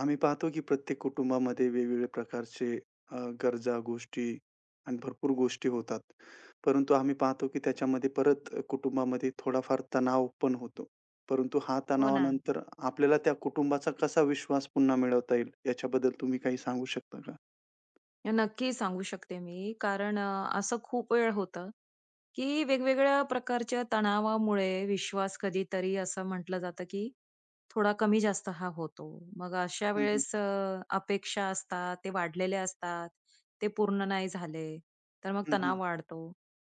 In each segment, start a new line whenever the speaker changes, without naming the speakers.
आम्ही पाहतो की प्रत्येक कुटुंबामध्ये वेगवेगळ्या प्रकारचे अ, गरजा, गोष्टी आणि भरपूर गोष्टी होतात. परंतु आम्ही पाहतो की त्याच्यामध्ये परत कुटुंबामध्ये थोडाफार तणाव पण होतो. परंतु हा
हो ना.
तणावानंतर आपल्याला त्या कुटुंबाचा कसा विश्वास पुन्हा मिळवता येईल, याच्याबद्दल तुम्ही काही सांगू शकता का?
नक्की सांगू शकते मी. कारण असं खूप वेळ होतं, की वेगवेगळ्या प्रकारच्या तणावामुळे विश्वास कधीतरी असं म्हटलं जातं, की थोडा कमी जास्त हा होतो. मग अशा
हं, हं.
वेळेस अपेक्षा असतात, ते वाढलेले असतात, ते पूर्ण नाही झाले, तर मग
हं, हं.
तणाव वाढतो.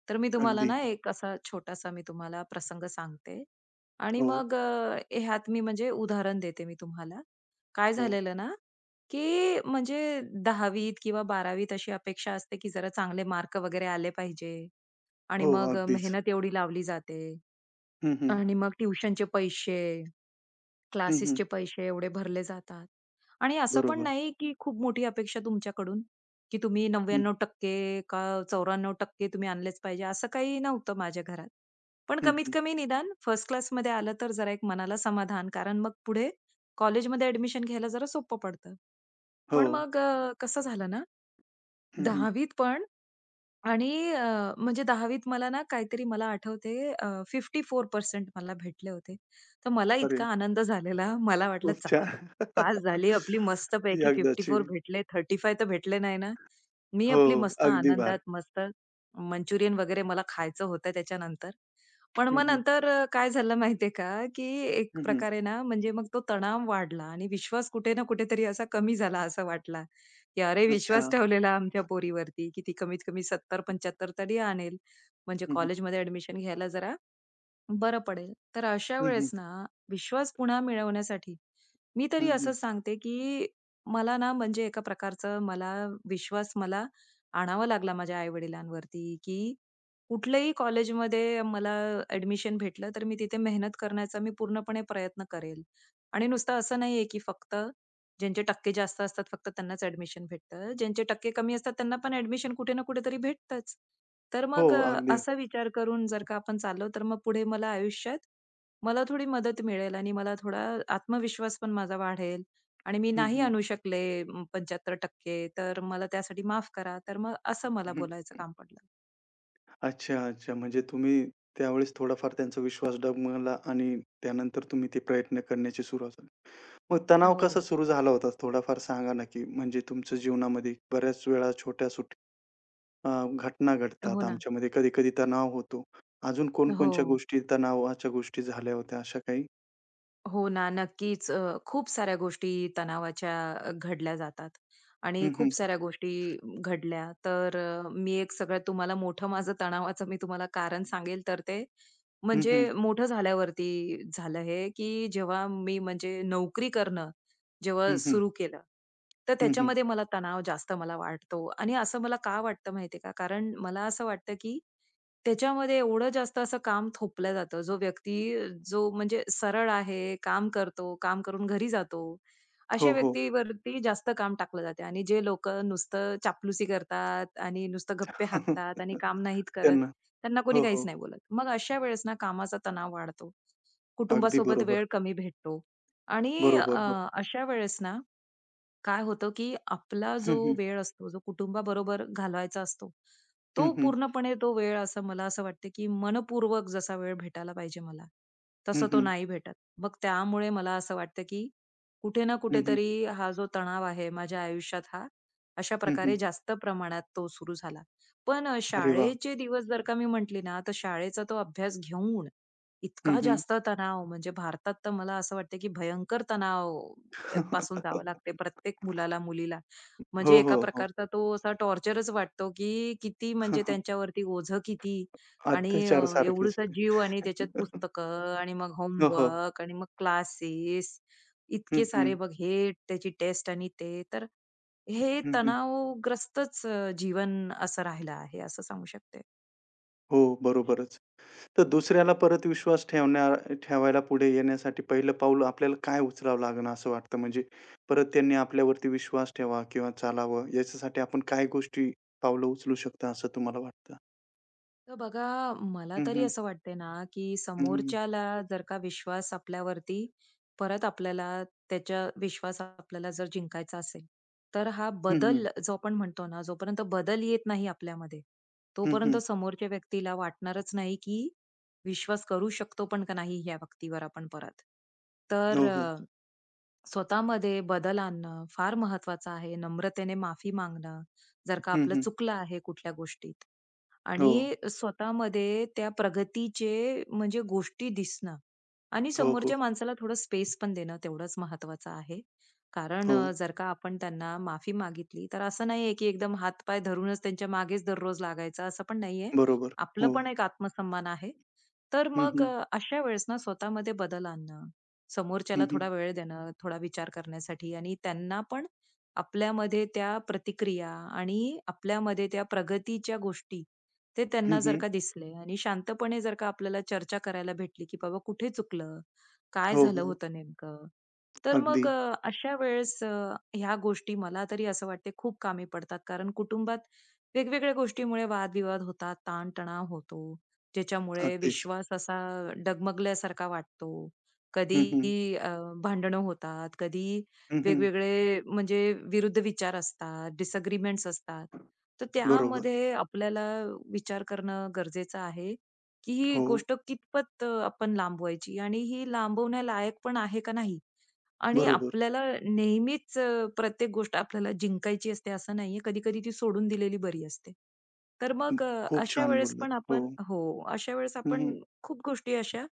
तर मी तुम्हाला
अगदी.
ना हो. एक असा छोटासा मी तुम्हाला प्रसंग सांगते आणि
हो,
मग ह्यात मी म्हणजे उदाहरण देते मी तुम्हाला. काय
हो.
झालेलं ना की म्हणजे 10वीत किंवा बारावीत अशी अपेक्षा असते, की जरा चांगले मार्क वगैरे आले पाहिजे आणि
हो,
मग
अगदीच.
मेहनत एवढी लावली जाते
हं, हं.
आणि मग ट्युशनचे पैसे,
हं, हं.
क्लासेसचे पैसे एवढे भरले जातात. आणि असं पण
बरोबर.
नाही, की खूप मोठी अपेक्षा तुमच्याकडून, की तुम्ही
हं,
99% का 94% तुम्ही आणलेच पाहिजे, असं काही नव्हतं माझ्या घरात. पण
हं,
कमीत
हं.
कमी निदान फर्स्ट क्लासमध्ये आलं तर जरा एक मनाला समाधान, कारण मग पुढे कॉलेजमध्ये ॲडमिशन घ्यायला जरा सोपं पडतं.
हो.
पण मग कसं झालं ना
हं, हं.
10वीत पण आणि म्हणजे 10वीत मला ना काहीतरी मला आठवते 54% मला भेटले होते. तर मला
अरे,
इतका आनंद झालेला. मला वाटलं
खूप
चला
छान.
पास झाली आपली मस्तपैकी
एकदाची.
54 भेटले, 35 तर भेटले नाही ना. मी
हो,
आपली मस्त
अगदी
आनंदात
बारीक.
मस्त मंचुरियन वगैरे मला खायचं होतं त्याच्यानंतर. पण
हं,
मग
हं.
नंतर काय झालं माहितीये का, की एक
हं, हं.
प्रकारे ना म्हणजे मग तो तणाव वाढला आणि विश्वास कुठे ना कुठेतरी असा कमी झाला असं वाटला. की अरे विश्वास
अच्छा.
ठेवलेला आमच्या पोरीवरती, की ती कमीत कमी 70-75 तरी आणेल. म्हणजे
हं, हं.
कॉलेजमध्ये ॲडमिशन घ्यायला जरा बरं पडेल. तर अशा
हं, हं.
वेळेस ना, विश्वास पुन्हा मिळवण्यासाठी मी तरी
हं, हं.
असं सांगते, की मला ना म्हणजे एका प्रकारचं मला विश्वास मला आणावा लागला माझ्या आई-वडिलांवरती, की कुठल्याही कॉलेजमध्ये मला ॲडमिशन भेटलं, तर मी तिथे मेहनत करण्याचा मी पूर्णपणे प्रयत्न करेल. आणि नुसतं असं नाहीये, की फक्त ज्यांचे टक्के जास्त असतात, फक्त त्यांनाच ॲडमिशन भेटतं. ज्यांचे टक्के कमी असतात, त्यांना पण ॲडमिशन कुठे ना कुठेतरी भेटतंच. तर
हो,
मग
अगदी.
असा विचार करून जर का आपण चाललो, तर मग पुढे मला आयुष्यात मला थोडी मदत मिळेल आणि मला थोडा आत्मविश्वास पण माझा वाढेल आणि मी
हं,
नाही
हं.
आणू शकले 75% तर मला त्यासाठी माफ करा. तर मग असं मला
हं.
बोलायचं काम पडलं.
अच्छा, अच्छा. म्हणजे तुम्ही त्यावेळेस थोडाफार त्यांचा विश्वास डगमगला आणि त्यानंतर तुम्ही ते प्रयत्न करण्याची सुरुवात झाली. मग तणाव
हो.
कसा सुरू झाला होता? थोडाफार सांगा ना, की म्हणजे तुमच्या जीवनामध्ये बऱ्याच वेळा छोट्या अ, घटना
हो
घडतात
ना.
आमच्यामध्ये. कधी-कधी तणाव होतो. अजून
हो.
कोणकोणत्या गोष्टी तणावाच्या गोष्टी झाल्या होत्या अशा काही?
हो ना, नक्कीच. खूप साऱ्या गोष्टी तणावाच्या घडल्या जातात आणि
हं, हं.
खूप साऱ्या गोष्टी घडल्या. तर मी एक सगळ्यात तुम्हाला मोठं माझं तणावाचं मी तुम्हाला कारण सांगेल तर ते
हं, हं.
म्हणजे मोठं झाल्यावरती झालं हे, की जेव्हा मी म्हणजे नोकरी करणं जेव्हा
हं, हं.
सुरू केलं, तर
हं, हं.
त्याच्यामध्ये मला तणाव जास्त मला वाटतो आणि असं मला का वाटतं माहिती का? कारण मला असं वाटतं, की त्याच्यामध्ये एवढं जास्त असं काम थोपलं जातं. जो व्यक्ती जो म्हणजे सरळ आहे, काम करतो, काम करून घरी जातो,
हो,
अशा
हो.
व्यक्तीवरती जास्त काम टाकलं जाते आणि जे लोक नुसतं चापलुसी करतात आणि नुसतं गप्पे हाकतात आणि काम नाहीत करत,
त्यांना
त्यांना कोणी
हो,
काहीच
हो.
नाही बोलत. मग अशा वेळेस ना कामाचा तणाव वाढतो.
अगदी
कुटुंबासोबत
बरोबर.
वेळ कमी भेटतो आणि
बरोबर, बरोबर.
अशा वेळेस ना काय होतं, की आपला
हं,
जो
हं.
वेळ असतो, जो कुटुंबाबरोबर घालवायचा असतो,
हं,
तो
हं.
पूर्णपणे तो वेळ असा मला असं वाटतं, की मनःपूर्वक जसा वेळ भेटायला पाहिजे मला,
हं,
तसा तो
हं.
नाही भेटत. मग त्यामुळे मला असं वाटतं, की कुठे ना
हं, हं.
कुठेतरी हा जो तणाव आहे माझ्या आयुष्यात हा अशा
हं,
प्रकारे
हं.
जास्त प्रमाणात तो सुरू झाला. पण
अरे वाह!
शाळेचे दिवस जर का मी म्हटली ना, तर शाळेचा तो अभ्यास घेऊन
हं,
इतका
हं.
जास्त तणाव म्हणजे भारतात तर मला असं वाटतं, की भयंकर तणाव पासून जावं लागते प्रत्येक मुलाला, मुलीला. म्हणजे
हो,
एका
हो, हो.
प्रकारचा तो असा टॉर्चरच वाटतो, की किती म्हणजे त्यांच्यावरती ओझं किती आणि
अत्याचार सारखंच
एवढूसा
आहे ते.
जीव आणि त्याच्यात पुस्तकं आणि मग
हो, हो.
होमवर्क आणि मग क्लासेस
हं,
इतके
हं.
सारे बघ हे, त्याची टेस्ट आणि ते. तर हे
हं, हं.
तणावग्रस्तच जीवन असं राहिलं आहे, असं सांगू शकते.
हो, बरोबरच. तर दुसऱ्याला परत विश्वास ठेवायला पुढे येण्यासाठी पहिलं पाऊल आपल्याला काय उचलावं लागेल असं वाटतं? म्हणजे परत त्यांनी आपल्यावरती विश्वास ठेवा किंवा चालावं याच्यासाठी आपण काय गोष्टी, पावलं उचलू शकता असं तुम्हाला वाटतं?
तर बघा, मला
हं,
तरी
हं.
असं वाटते ना, की
हं, हं.
समोरच्याला जर का विश्वास आपल्यावरती परत आपल्याला त्याच्या विश्वास आपल्याला जर जिंकायचा असेल, तर हा
हं, हं.
बदल जो आपण म्हणतो ना, जोपर्यंत बदल येत नाही आपल्यामध्ये,
हं,
तोपर्यंत
हं.
समोरच्या व्यक्तीला वाटणारच नाही, की विश्वास करू शकतो पण का नाही या व्यक्तीवर आपण परत. तर
हो, हो.
स्वतःमध्ये बदल आणणं फार महत्वाचं आहे. नम्रतेने माफी मागणं, जर का
हं,
आपलं
हं.
चुकलं आहे कुठल्या गोष्टीत.
हो,
आणि स्वतःमध्ये त्या प्रगतीचे म्हणजे गोष्टी दिसणं आणि
हो, हो,
समोरच्या माणसाला थोडं स्पेस पण देणं तेवढंच महत्वाचं आहे. कारण
हो.
जर का आपण त्यांना माफी मागितली, तर असं नाहीये की एकदम हातपाय धरूनच त्यांच्या मागेच दररोज लागायचं असं पण नाहीये.
बरोबर.
आपलं
हो.
पण एक आत्मसन्मान आहे. तर
हं,
मग
हं.
अशा वेळेस ना स्वतःमध्ये बदल आणणं,
हं,
समोरच्याला थोडा
हं.
वेळ देणं, थोडा विचार करण्यासाठी आणि त्यांना पण आपल्यामध्ये त्या प्रतिक्रिया आणि आपल्यामध्ये त्या प्रगतीच्या गोष्टी ते
हं,
त्यांना जर
हं.
का दिसले आणि शांतपणे जर का आपल्याला चर्चा करायला भेटली, की बाबा कुठे चुकलं? काय
हो,
झालं
हो.
होतं नेमकं? तर
अगदी,
मग अशा वेळेस ह्या गोष्टी मला तरी असं वाटते खूप कामी पडतात. कारण कुटुंबात वेगवेगळ्या गोष्टीमुळे वादविवाद होतात, ताण होतो, ज्याच्यामुळे
अगदीच.
विश्वास असा डगमगल्यासारखा वाटतो. कधी
हं, हं.
अ, भांडणं होतात, कधी
हं, हं.
वेगवेगळे म्हणजे विरुद्ध विचार असतात, डिसएग्रीमेंट्स असतात. तर
बरोबर.
त्यामध्ये आपल्याला विचार करणं गरजेचं आहे, की ही
हो,
गोष्ट कितपत आपण लांबवायची आणि ही लांबवण्या लायक पण आहे का नाही? आणि
बरोबर.
आपल्याला नेहमीच प्रत्येक गोष्ट आपल्याला जिंकायची असते असं नाहीये. कधी-कधी ती सोडून दिलेली बरी असते. तर
हं.
मग
खूप
अशा
छान
वेळेस
बोललात.
पण
हो.
आपण हो, अशा वेळेस
हं,
आपण
हं.
खूप गोष्टी अशा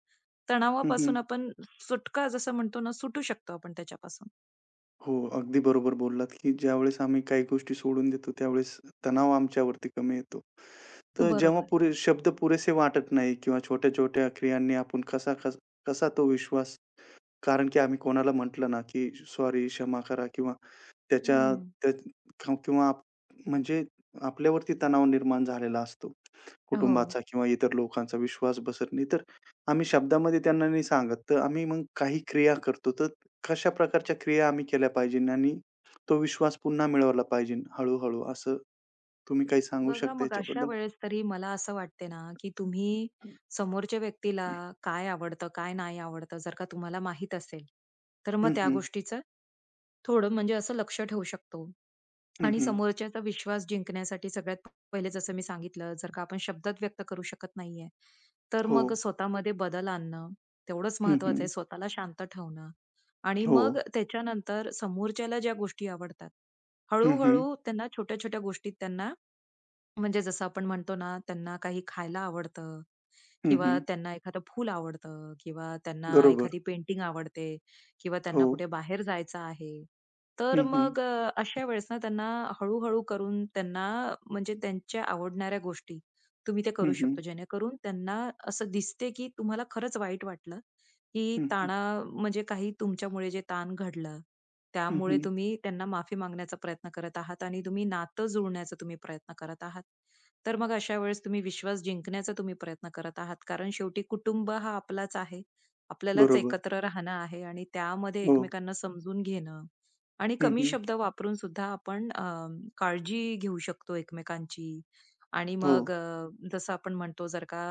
हं, हं.
तणावापासून आपण सुटका जसं म्हणतो ना, सुटू शकतो आपण त्याच्यापासून.
हो, अगदी बरोबर बोललात, की ज्यावेळेस आम्ही काही गोष्टी सोडून देतो, त्यावेळेस तणाव आमच्यावरती कमी येतो. तर जेव्हा
बरोबर.
पुरे शब्द पुरेसे वाटत नाही किंवा छोट्या-छोट्या क्रियांनी आपण कसा तो विश्वास कारण की आम्ही कोणाला म्हटलं ना, की "सॉरी, क्षमा करा" किंवा त्याच्या
हं.
त्या क किंवा आप- म्हणजे आपल्यावरती तणाव निर्माण झालेला असतो.
हो.
कुटुंबाचा किंवा इतर लोकांचा विश्वास बसत नाही. तर आम्ही शब्दामध्ये त्यांना नाही सांगत. तर आम्ही मग काही क्रिया करतो. तर कशा प्रकारच्या क्रिया आम्ही केल्या पाहिजे आणि तो विश्वास पुन्हा मिळवला पाहिजे हळू असं तुम्ही काही सांगू
बघा
शकता
मग अशा
याच्याबद्दल?
वेळेस तरी मला असं वाटते ना, की तुम्ही समोरच्या व्यक्तीला काय आवडतं, काय नाही आवडतं जर का तुम्हाला माहीत असेल, तर मग
हं,
त्या
हं.
गोष्टीचं थोडं म्हणजे असं लक्ष ठेवू शकतो.
हं,
आणि
हं.
समोरच्याचा विश्वास जिंकण्यासाठी सगळ्यात पहिले जसं मी सांगितलं, जर का आपण शब्दात व्यक्त करू शकत नाहीये, तर
हो.
मग स्वतःमध्ये बदल आणणं तेवढंच
हं,
महत्वाचं
हं.
आहे. स्वतःला शांत ठेवणं आणि
हो.
मग त्याच्यानंतर समोरच्याला ज्या गोष्टी आवडतात,
हं, हं.
हळू त्यांना छोट्या-छोट्या गोष्टीत त्यांना म्हणजे जसं आपण म्हणतो ना, त्यांना काही खायला आवडतं
हं, हं.
किंवा त्यांना एखादं फूल आवडतं किंवा त्यांना
बरोबर.
एखादी पेंटिंग आवडते किंवा
हो.
त्यांना कुठे बाहेर जायचं आहे. तर
हं, हं.
मग अशा वेळेस ना त्यांना हळू-हळू करून त्यांना म्हणजे त्यांच्या आवडणाऱ्या गोष्टी तुम्ही ते
हं,
करू
हं.
शकतो. जेणेकरून त्यांना असं दिसते, की तुम्हाला खरंच वाईट वाटलं, की
हं, हं.
ताणा म्हणजे काही तुमच्यामुळे जे ताण घडलं
हं,
त्यामुळे
हं.
तुम्ही त्यांना माफी मागण्याचा प्रयत्न करत आहात आणि तुम्ही नातं जुळण्याचा तुम्ही प्रयत्न करत आहात. तर मग अशा वेळेस तुम्ही विश्वास जिंकण्याचा तुम्ही प्रयत्न करत आहात. कारण शेवटी कुटुंब हा आपलाच आहे. आपल्यालाच
बरोबर.
एकत्र राहणं आहे आणि त्यामध्ये
हो.
एकमेकांना समजून घेणं आणि
हं,
कमी
हं.
शब्द वापरून सुद्धा आपण काळजी घेऊ शकतो एकमेकांची. आणि
हो.
मग जसं आपण म्हणतो जर का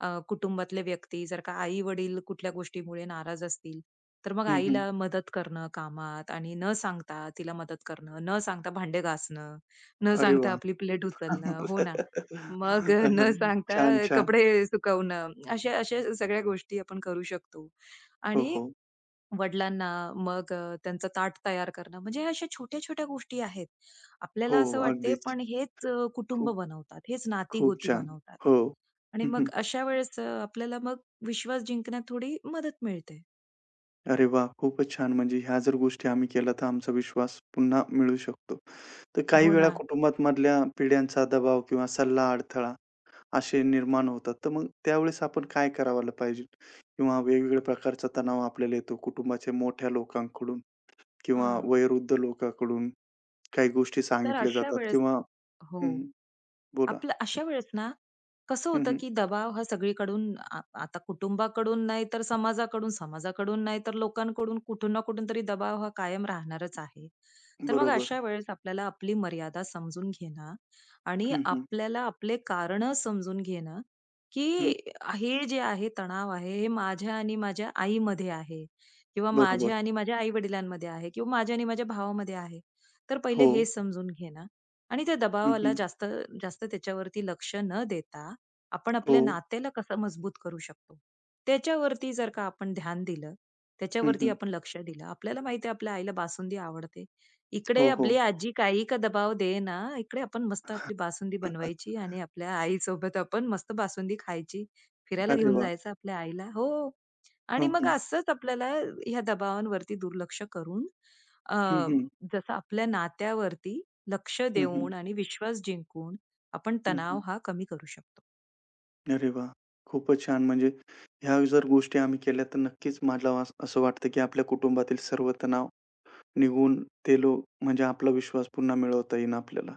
कुटुंबातले व्यक्ती जर का आई-वडील कुठल्या गोष्टीमुळे नाराज असतील, तर मग
हं, हं.
आईला मदत करणं कामात आणि न सांगता तिला मदत करणं, न सांगता भांडे घासणं, न
अरे
सांगता
वाह!
आपली प्लेट उचलणं, हो ना. मग
अ,
न
हं.
सांगता
छान, छान.
कपडे सुकवणं, अशा अशा सगळ्या गोष्टी आपण करू शकतो.
हो,
आणि
हो.
वडिलांना, मग त्यांचं ताट तयार करणं, म्हणजे ह्या अशा छोट्या-छोट्या गोष्टी आहेत.
हो,
आपल्याला असं वाटते,
अगदीच.
पण हेच कुटुंब
खूप,
बनवतात, हेच
खूप
नाती-गोती
छान.
बनवतात
हो.
आणि
हं,
मग
हं.
अशा वेळेस आपल्याला मग विश्वास जिंकण्यात थोडी मदत मिळते.
अरे वाह! खूपच छान. म्हणजे ह्या जर गोष्टी आम्ही केल्या तर आमचा विश्वास पुन्हा मिळू शकतो. तर काही
हो
वेळा
ना.
कुटुंबात मधल्या पिढ्यांचा दबाव किंवा सल्ला अडथळा असे निर्माण होतात. तर मग त्यावेळेस आपण काय करायला पाहिजे? किंवा वेगवेगळ्या प्रकारचा तणाव आपल्याला येतो कुटुंबाच्या मोठ्या लोकांकडून किंवा
हां,
वयोवृद्ध लोकांकडून काही गोष्टी
तर
सांगितल्या
अशा
जातात
वेळेस
किंवा
हो.
हं, बोला.
आपलं अशा वेळेस ना, कसं
हं,
होतं,
हं.
की दबाव हा सगळीकडून आता कुटुंबाकडून नाही तर समाजाकडून, समाजाकडून नाही तर लोकांकडून कुठून ना कुठून तरी दबाव हा कायम राहणारच आहे. तर मग
बरोबर.
अशा वेळेस आपल्याला आपली मर्यादा समजून घेणं आणि
हं, हं.
आपल्याला आपले कारणं समजून घेणं,
हं.
की हे जे आहे तणाव आहे, हे माझ्या आणि माझ्या आईमध्ये आहे किंवा
बरोबर.
माझ्या आणि माझ्या आई-वडिलांमध्ये आहे किंवा माझ्या आणि माझ्या भावामध्ये आहे. तर पहिले
हो.
हे समजून घेणं आणि त्या
हं,
दबावाला
हं.
जास्त जास्त त्याच्यावरती लक्ष न देता, आपण
हो.
आपल्या नात्याला कसं मजबूत करू शकतो, त्याच्यावरती जर का आपण ध्यान दिलं,
हं,
त्याच्यावरती
हं.
आपण लक्ष दिलं. आपल्याला माहिती आहे आपल्या आईला बासुंदी आवडते. इकडे
हो, हो.
आपली आजी काही का दबाव देईना, इकडे आपण मस्त आपली बासुंदी बनवायची आणि आपल्या आईसोबत आपण मस्त बासुंदी खायची, फिरायला
अरे
घेऊन
वाह!
जायचं आपल्या आईला. हो. आणि
हं,
मग
हं.
असंच आपल्याला ह्या दबावांवरती दुर्लक्ष करून अ,
हं, हं.
जसं आपल्या नात्यावरती लक्ष
हं, हं.
देऊन आणि विश्वास जिंकून आपण
हं,
तणाव
हं.
हा कमी करू शकतो.
अरे वाह! खूपच छान. म्हणजे ह्या जर गोष्टी आम्ही केल्या तर नक्कीच मला असं वाटतं, की आपल्या कुटुंबातील सर्व तणाव निघून ते लोक म्हणजे आपला विश्वास पुन्हा मिळवता येईल आपल्याला.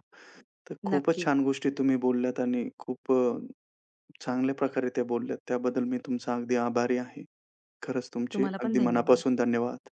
तर खूपच
नक्की.
छान गोष्टी तुम्ही बोलल्यात आणि खूप अ चांगल्या प्रकारे त्या बोलल्यात. त्याबद्दल मी तुमचा अगदी आभारी आहे. खरंच तुमचे
तुम्हाला पण
अगदी
धन्यवाद.
मनापासून धन्यवाद.